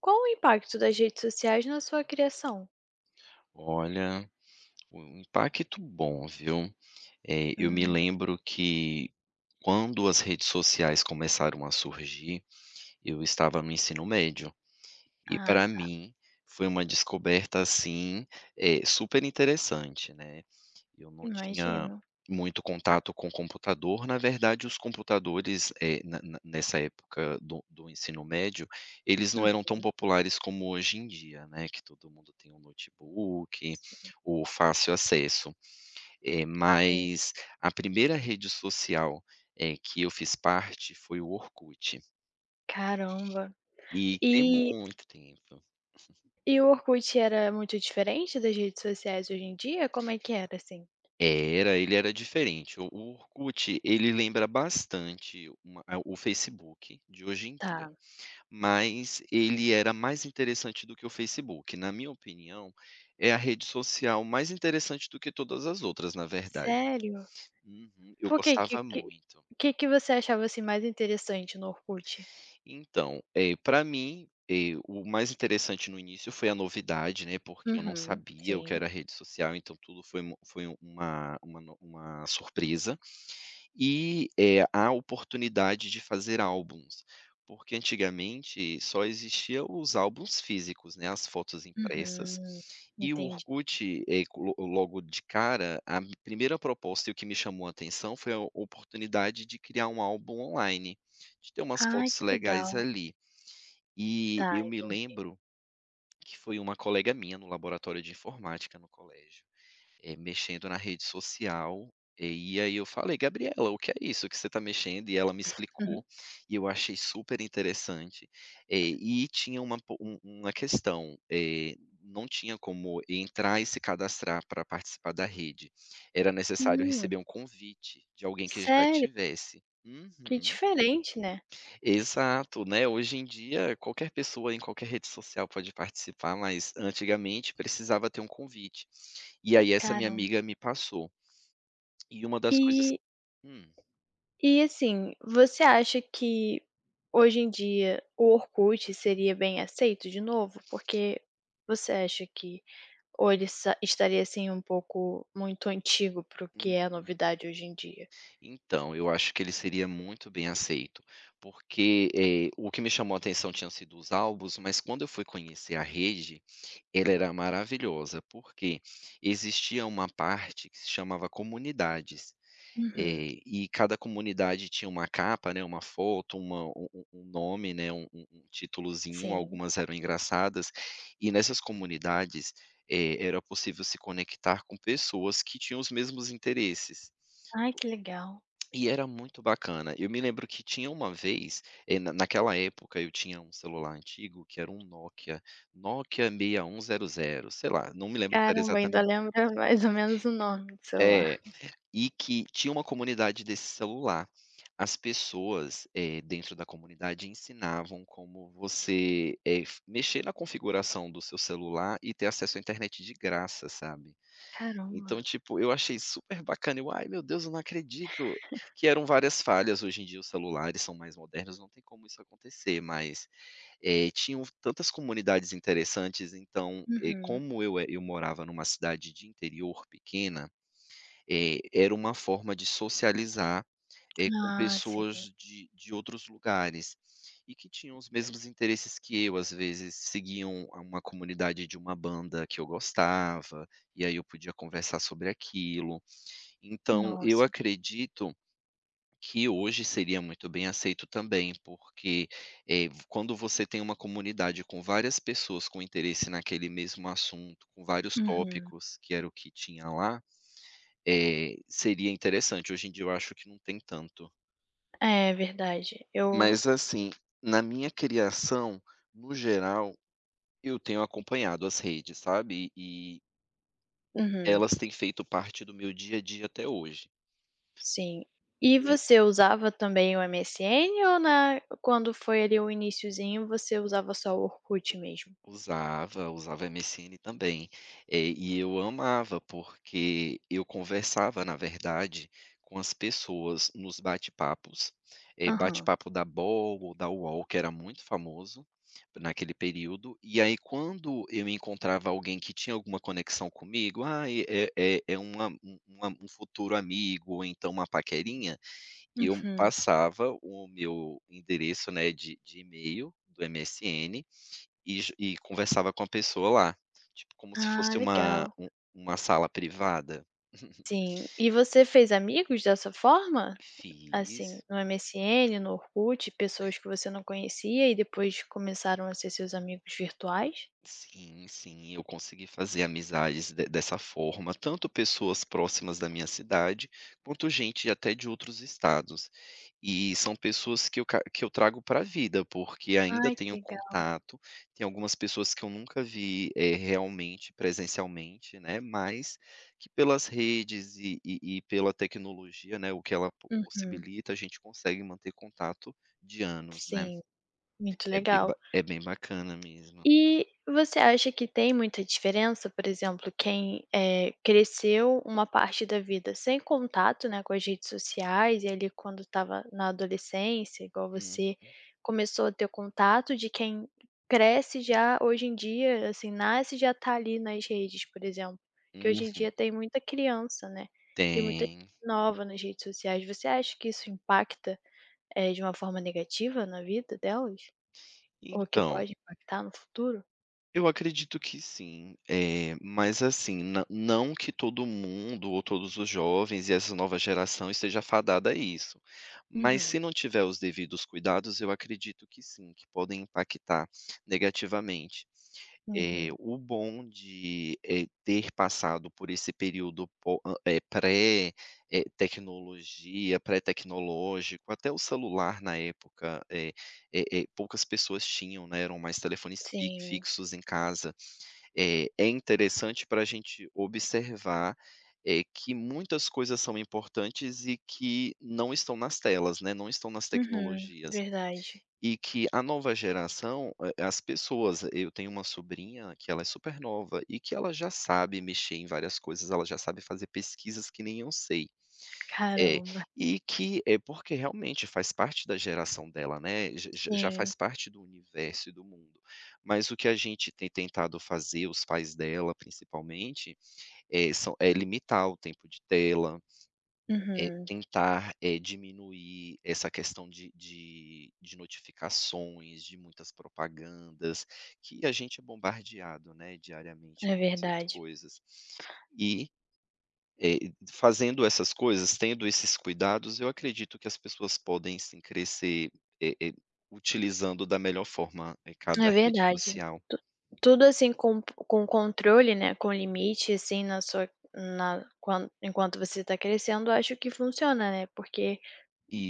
Qual o impacto das redes sociais na sua criação? Olha, um impacto bom, viu. Eu me Hum, lembro que quando as redes sociais começaram a surgir, eu estava no ensino médio, e ah, para tá. mim foi uma descoberta, assim, super interessante, né. Eu não tinha Imagino. muito contato com computador. Na verdade, os computadores, eh, na na nessa época do ensino médio, eles não Uhum, eram tão populares como hoje em dia, né, que todo mundo tem um notebook, sim, o fácil acesso. Eh, sim, mas a primeira rede social, que eu fiz parte foi o Orkut. caramba. E tem E muito tempo. e o Orkut era muito diferente das redes sociais hoje em dia? Como é que era, assim? Ele era diferente. O Orkut, ele lembra bastante o Facebook de hoje em dia. Tá. Mas ele era mais interessante do que o Facebook. Na minha opinião, é a rede social mais interessante do que todas as outras, na verdade. Sério? Uhum, eu Por que que gostava que muito. que que você achava, assim, mais interessante no Orkut? Então, pra mim, o mais interessante no início foi a novidade, né, porque eu não Uhum, sabia o que sim. era rede social, então tudo foi uma no uma surpresa. E, a oportunidade de fazer álbuns, porque antigamente só existiam os álbuns físicos, né, as fotos impressas, Uhum, e o entendi. Orkut, eh, colo logo de cara, primeira proposta e o que me chamou a atenção foi a oportunidade de criar um álbum online, de ter umas Ai, fotos que legais legal. ali. E Tá, eu me entendi. lembro que foi uma colega minha no laboratório de informática no colégio mexendo na rede social, eh, e aí eu falei: "Gabriela, o que é isso que você está mexendo?" E ela me Uhum. explicou, e eu achei super interessante. E tinha uma po um uma questão, não tinha como entrar e se cadastrar para participar da rede, era necessário Hum, receber um convite de alguém que já sério? tivesse. Que Uhum. diferente, né? Exato, né, hoje em dia qualquer pessoa em qualquer rede social pode participar, mas antigamente precisava ter um convite. E aí essa minha Caramba. amiga me passou. E uma das coisas. E Hum. e assim, você acha que hoje em dia o Orkut seria bem aceito de novo? Porque você acha que ou ele sa estaria, assim, um pouco muito antigo para o que é a Uhum. novidade hoje em dia? Então, eu acho que ele seria muito bem aceito, porque, o que me chamou a atenção tinham sido os álbuns, mas quando eu fui conhecer a rede, ela era maravilhosa, porque existia uma parte que se chamava comunidades. Uhum, E cada comunidade tinha uma capa, né, uma foto, uma um um um nome, né, um titulozinho, sim. algumas eram engraçadas, e nessas comunidades, era possível se conectar com pessoas que tinham os mesmos interesses. Ai, que legal. E era muito bacana. Eu me lembro que tinha uma vez, eh, na naquela época eu tinha um celular antigo que era um Nokia, Nokia 6100, sei lá, não me lembro se era Caramba, ainda exatamente. lembra mais ou menos o nome do celular. É. E que tinha uma comunidade desse celular. As pessoas, dentro da comunidade ensinavam como você, eh, f mexer na configuração do seu celular e ter acesso à internet de graça, sabe. Caramba. Então, tipo, eu achei super bacana, eu: "Ai meu Deus, eu não acredito", que eram várias falhas, hoje em dia os celulares são mais modernos, não tem como isso acontecer, mas, tinham tantas comunidades interessantes, então, Uhum. Eu morava numa cidade de interior pequena, era uma forma de socializar, com Ah, pessoas sim. de outros lugares, e que tinham os mesmos interesses que eu, às vezes seguiam a uma comunidade de uma banda que eu gostava, e aí eu podia conversar sobre aquilo. Então eu Nossa. acredito que hoje seria muito bem aceito também, porque, quando você tem uma comunidade com várias pessoas com interesse naquele mesmo assunto, com vários Uhum. tópicos, que era o que tinha lá, seria interessante, hoje em dia eu acho que não tem tanto. É verdade. Eu Mas assim, na minha criação, no geral, eu tenho acompanhado as redes, sabe, e uhum. elas têm feito parte do meu dia a dia até hoje. Sim. E você usava também o MSN ou na quando foi ali o iniciozinho, você usava só o Orkut mesmo? Usava, usava MSN também. E eu amava, porque eu conversava, na verdade, com as pessoas nos bate-papos. Aham. Bate-papo da Bol ou da UOL, que era muito famoso naquele período. E aí, quando eu encontrava alguém que tinha alguma conexão comigo, ah, é um futuro amigo, ou então uma paquerinha, eu Uhum. passava o meu endereço, né, de e-mail do MSN e conversava com a pessoa lá, tipo, como se Ah, fosse legal. Uma sala privada. Sim. E você fez amigos dessa forma? Assim, Fiz. no MSN, no Orkut, pessoas que você não conhecia e depois começaram a ser seus amigos virtuais? Sim, sim, eu consegui fazer amizades de dessa forma, tanto pessoas próximas da minha cidade, quanto gente até de outros estados. E são pessoas que eu ca que eu trago para a vida, porque ainda Ai, que tenho legal. contato, tem algumas pessoas que eu nunca vi, realmente, presencialmente, né, mas que pelas redes e pela tecnologia, né, o que ela po Uhum. possibilita, a gente consegue manter contato de anos, né. Sim, muito É bem ba legal. é bem bacana mesmo. E você acha que tem muita diferença, por exemplo, quem, cresceu uma parte da vida sem contato, né, com as redes sociais e ali quando estava na adolescência, igual Hum. você, começou a ter contato, de quem cresce já hoje em dia, assim, nasce e já tá ali nas redes, por exemplo, que hoje em Hum. dia tem muita criança, né, e muita Tem. gente nova nas redes sociais. Você acha que isso impacta, de uma forma negativa na vida delas? Ou que Então, pode impactar no futuro? eu acredito que sim, é mas assim, na não que todo mundo ou todos os jovens e essa nova geração esteja fadada a isso, mas Uhum, se não tiver os devidos cuidados, eu acredito que sim, que podem impactar negativamente. Uhum. O bom de, ter passado por esse período po hã, eh, pré, eh, tecnologia, pré-tecnológico, até o celular na época. Eh poucas pessoas tinham, né, eram mais telefones fi Sim. fixos em casa. É interessante para a gente observar, que muitas coisas são importantes e que não estão nas telas, né, não estão nas Uhum, tecnologias. verdade. E que a nova geração, a as pessoas, eu tenho uma sobrinha que ela é super nova e que ela já sabe mexer em várias coisas, ela já sabe fazer pesquisas que nem eu sei. É, Caramba, e que é porque realmente faz parte da geração dela, né, já sim. faz parte do universo e do mundo. Mas o que a gente tem tentado fazer, os pais dela principalmente, eh, são é limitar o tempo de tela, é Uhum, tentar, é diminuir essa questão de notificações, de muitas propagandas, que a gente é bombardeado, né, diariamente é por essas verdade. coisas. E fazendo essas coisas, tendo esses cuidados, eu acredito que as pessoas podem sim crescer, eh eh, utilizando da melhor forma, É cada rede verdade. social. Tu tudo, assim, com controle, né, com limite, assim, na sua na quan enquanto você está crescendo, acho que funciona, né, porque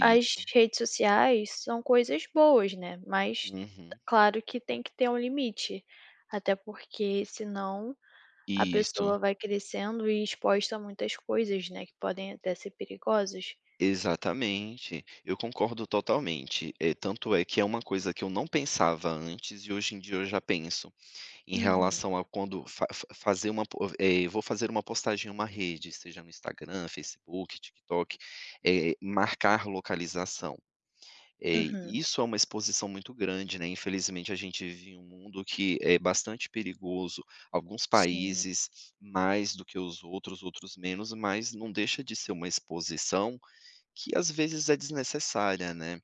as redes sociais são coisas boas, né, mas Uhum. claro que tem que ter um limite, até porque senão a Isso. pessoa vai crescendo e exposta a muitas coisas, né, que podem até ser perigosas. Exatamente. Eu concordo totalmente. Tanto é que é uma coisa que eu não pensava antes e hoje em dia eu já penso, em Uhum, relação a quando fa fa fazer uma po eh, vou fazer uma postagem em uma rede, seja no Instagram, Facebook, TikTok, marcar localização. Uhum, Isso é uma exposição muito grande, né, infelizmente a gente vive em um mundo que é bastante perigoso, alguns sim. países mais do que os outros, outros menos, mas não deixa de ser uma exposição que às vezes é desnecessária, né.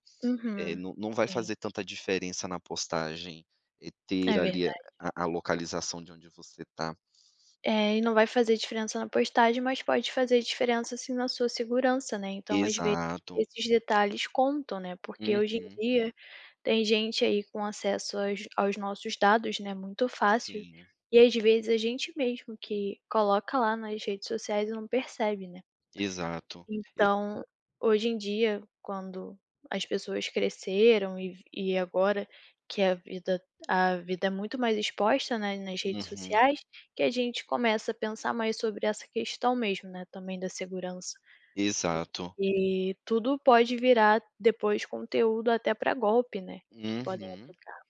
Eh, Uhum, não não vai sim, fazer tanta diferença na postagem, ter é ali verdade. a localização de onde você está. É, e não vai fazer diferença na postagem, mas pode fazer diferença, assim, na sua segurança, né, então às vezes Exato. esses detalhes contam, né, porque hoje em Uhum. dia tem gente aí com acesso aos nossos dados, né, muito fácil, Sim, e às vezes a gente mesmo que coloca lá nas redes sociais e não percebe, né. exato. E, Então, hoje em dia, quando as pessoas cresceram e agora que a vida é muito mais exposta, né, nas redes uhum. sociais, que a gente começa a pensar mais sobre essa questão mesmo, né, também da segurança. Exato. E tudo pode virar depois conteúdo até para golpe, né, que podem Uhum. aplicar.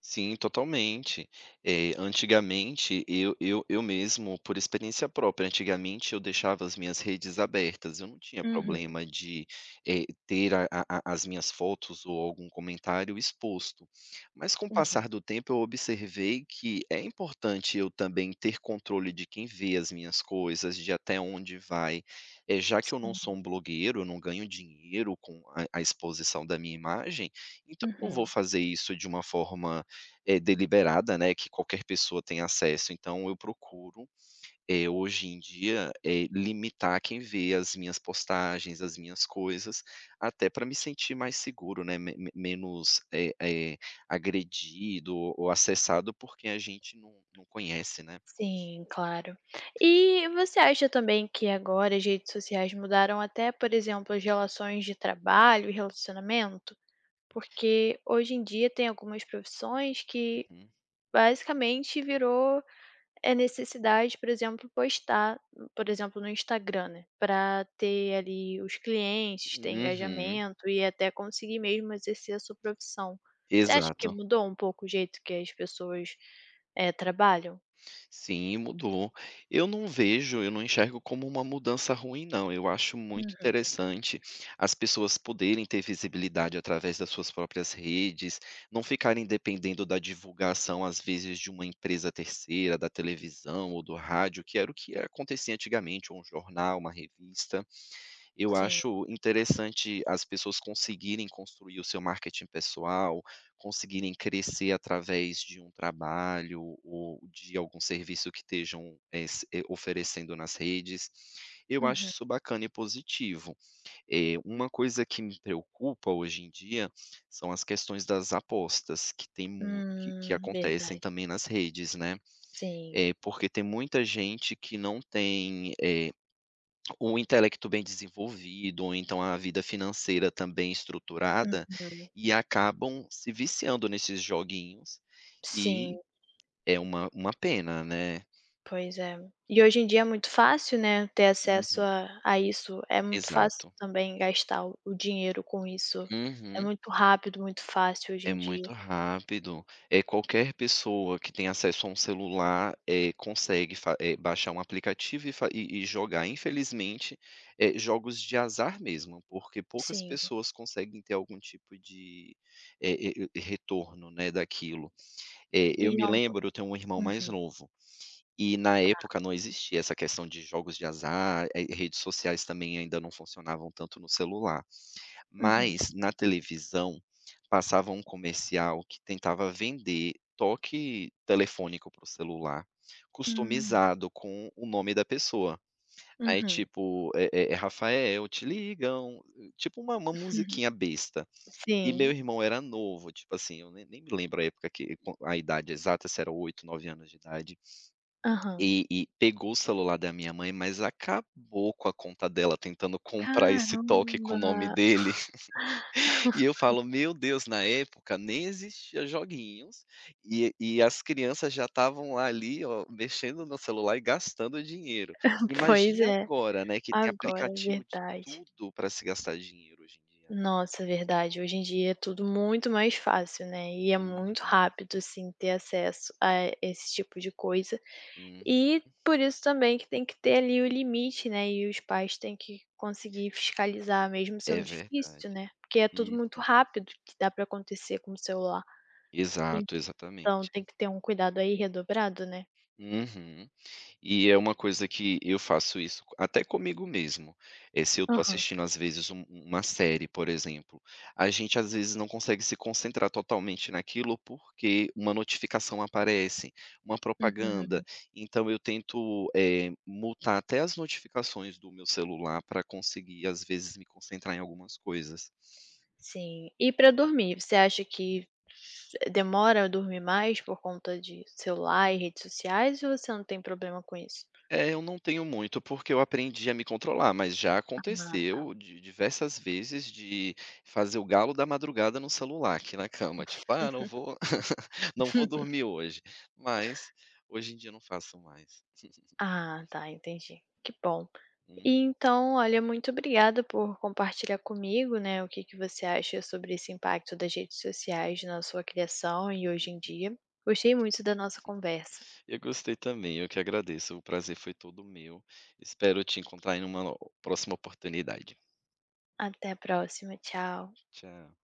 Sim, totalmente. Antigamente, eu mesmo, por experiência própria, antigamente eu deixava as minhas redes abertas, eu não tinha Uhum, problema de, ter a as minhas fotos ou algum comentário exposto. Mas com o uhum. passar do tempo eu observei que é importante eu também ter controle de quem vê as minhas coisas, de até onde vai. Já que eu não Sim, sou um blogueiro, eu não ganho dinheiro com a exposição da minha imagem, então eu não vou uhum. fazer isso de uma forma deliberada, né, que qualquer pessoa tem acesso, então eu procuro, hoje em dia, limitar quem vê as minhas postagens, as minhas coisas, até para me sentir mais seguro, né, me me menos, agredido ou acessado por quem a gente não conhece, né. Sim, claro. E você acha também que agora as redes sociais mudaram até, por exemplo, as relações de trabalho e relacionamento? Porque hoje em dia tem algumas profissões que Uhum. basicamente virou é necessidade, por exemplo, postar, por exemplo, no Instagram, né, para ter ali os clientes, ter Uhum. engajamento e até conseguir mesmo exercer a sua profissão. Você acha que Exato. mudou um pouco o jeito que as pessoas, trabalham? Sim, mudou. Eu não vejo, eu não enxergo como uma mudança ruim, não. Eu acho muito Uhum, interessante as pessoas poderem ter visibilidade através das suas próprias redes, não ficarem dependendo da divulgação, às vezes, de uma empresa terceira, da televisão ou do rádio, que era o que acontecia antigamente, ou um jornal, uma revista. Eu sim. acho interessante as pessoas conseguirem construir o seu marketing pessoal, conseguirem crescer através de um trabalho ou de algum serviço que estejam, se oferecendo nas redes. Eu acho Uhum. isso bacana e positivo. Uma coisa que me preocupa hoje em dia são as questões das apostas que tem mu que acontecem Verdade. também nas redes, né. Sim. Porque tem muita gente que não tem, um intelecto bem desenvolvido, ou então a vida financeira também estruturada, Uhum. e acabam se viciando nesses joguinhos, Sim, e é uma pena, né. pois é. E hoje em dia é muito fácil, né, ter acesso Uhum. a isso. É muito fácil Exato. também gastar o dinheiro com isso. É Uhum. muito rápido, muito fácil hoje É em dia. muito rápido. É qualquer pessoa que tem acesso a um celular, consegue baixar um aplicativo e fa e jogar. Infelizmente, jogos de azar mesmo, porque poucas Sim. pessoas conseguem ter algum tipo de, retorno, né, daquilo. E Eu é me um lembro, eu tenho um irmão mais uhum, novo, e na época não existia essa questão de jogos de azar, redes sociais também ainda não funcionavam tanto no celular. uhum. Mas, na televisão, passava um comercial que tentava vender toque telefônico para o celular, Hum. customizado com o nome da pessoa. Aí, Uhum. tipo, é Rafael, te ligam, tipo uma Uhum. musiquinha besta. E meu Sim. irmão era novo, tipo assim, eu nem me lembro a época que, a idade exata, se era 8, 9 anos de idade, Aham. e pegou o celular da minha mãe, mas acabou com a conta dela tentando comprar esse toque com Caramba! o nome dele. E eu falo: "Meu Deus", na época nem existia joguinhos, e as crianças já estavam ali, ó, mexendo no celular e gastando dinheiro. Pois Imagine é, agora, né, que tem agora, é aplicativo de verdade. tudo para se gastar dinheiro hoje em dia. Nossa, verdade. Hoje em dia é tudo muito mais fácil, né, e é muito Uhum, rápido, assim, ter acesso a esse tipo de coisa. uhum. E por isso também que tem que ter ali o limite, né, e os pais têm que conseguir fiscalizar, mesmo É sendo verdade. difícil, né, porque é tudo Uhum. muito rápido que dá pra acontecer com o celular. Exato, Então exatamente. tem que ter um cuidado aí redobrado, né. Uhum. E é uma coisa que eu faço isso até comigo mesmo, se eu tô Aham. assistindo às vezes uma série, por exemplo, a gente às vezes não consegue se concentrar totalmente naquilo, porque uma notificação aparece, uma Uhum. propaganda, então eu tento, mutar até as notificações do meu celular para conseguir às vezes me concentrar em algumas coisas. Sim. E para dormir, você acha que demora a dormir mais por conta de celular e redes sociais ou você não tem problema com isso? É, eu não tenho muito, porque eu aprendi a me controlar, mas já Ah, tá. aconteceu de diversas vezes de fazer o galo da madrugada no celular, aqui na cama, tipo: "Ah, não vou não vou dormir hoje", mas hoje em dia eu não faço mais. Ah, tá, entendi. Que bom. Uhum. E então, olha, muito obrigada por compartilhar comigo, né, o que que você acha sobre esse impacto das redes sociais na sua criação e hoje em dia. Gostei muito da nossa conversa. Eu gostei também, eu que agradeço, o prazer foi todo meu. Espero te encontrar em uma próxima oportunidade. Até a próxima, tchau. Tchau.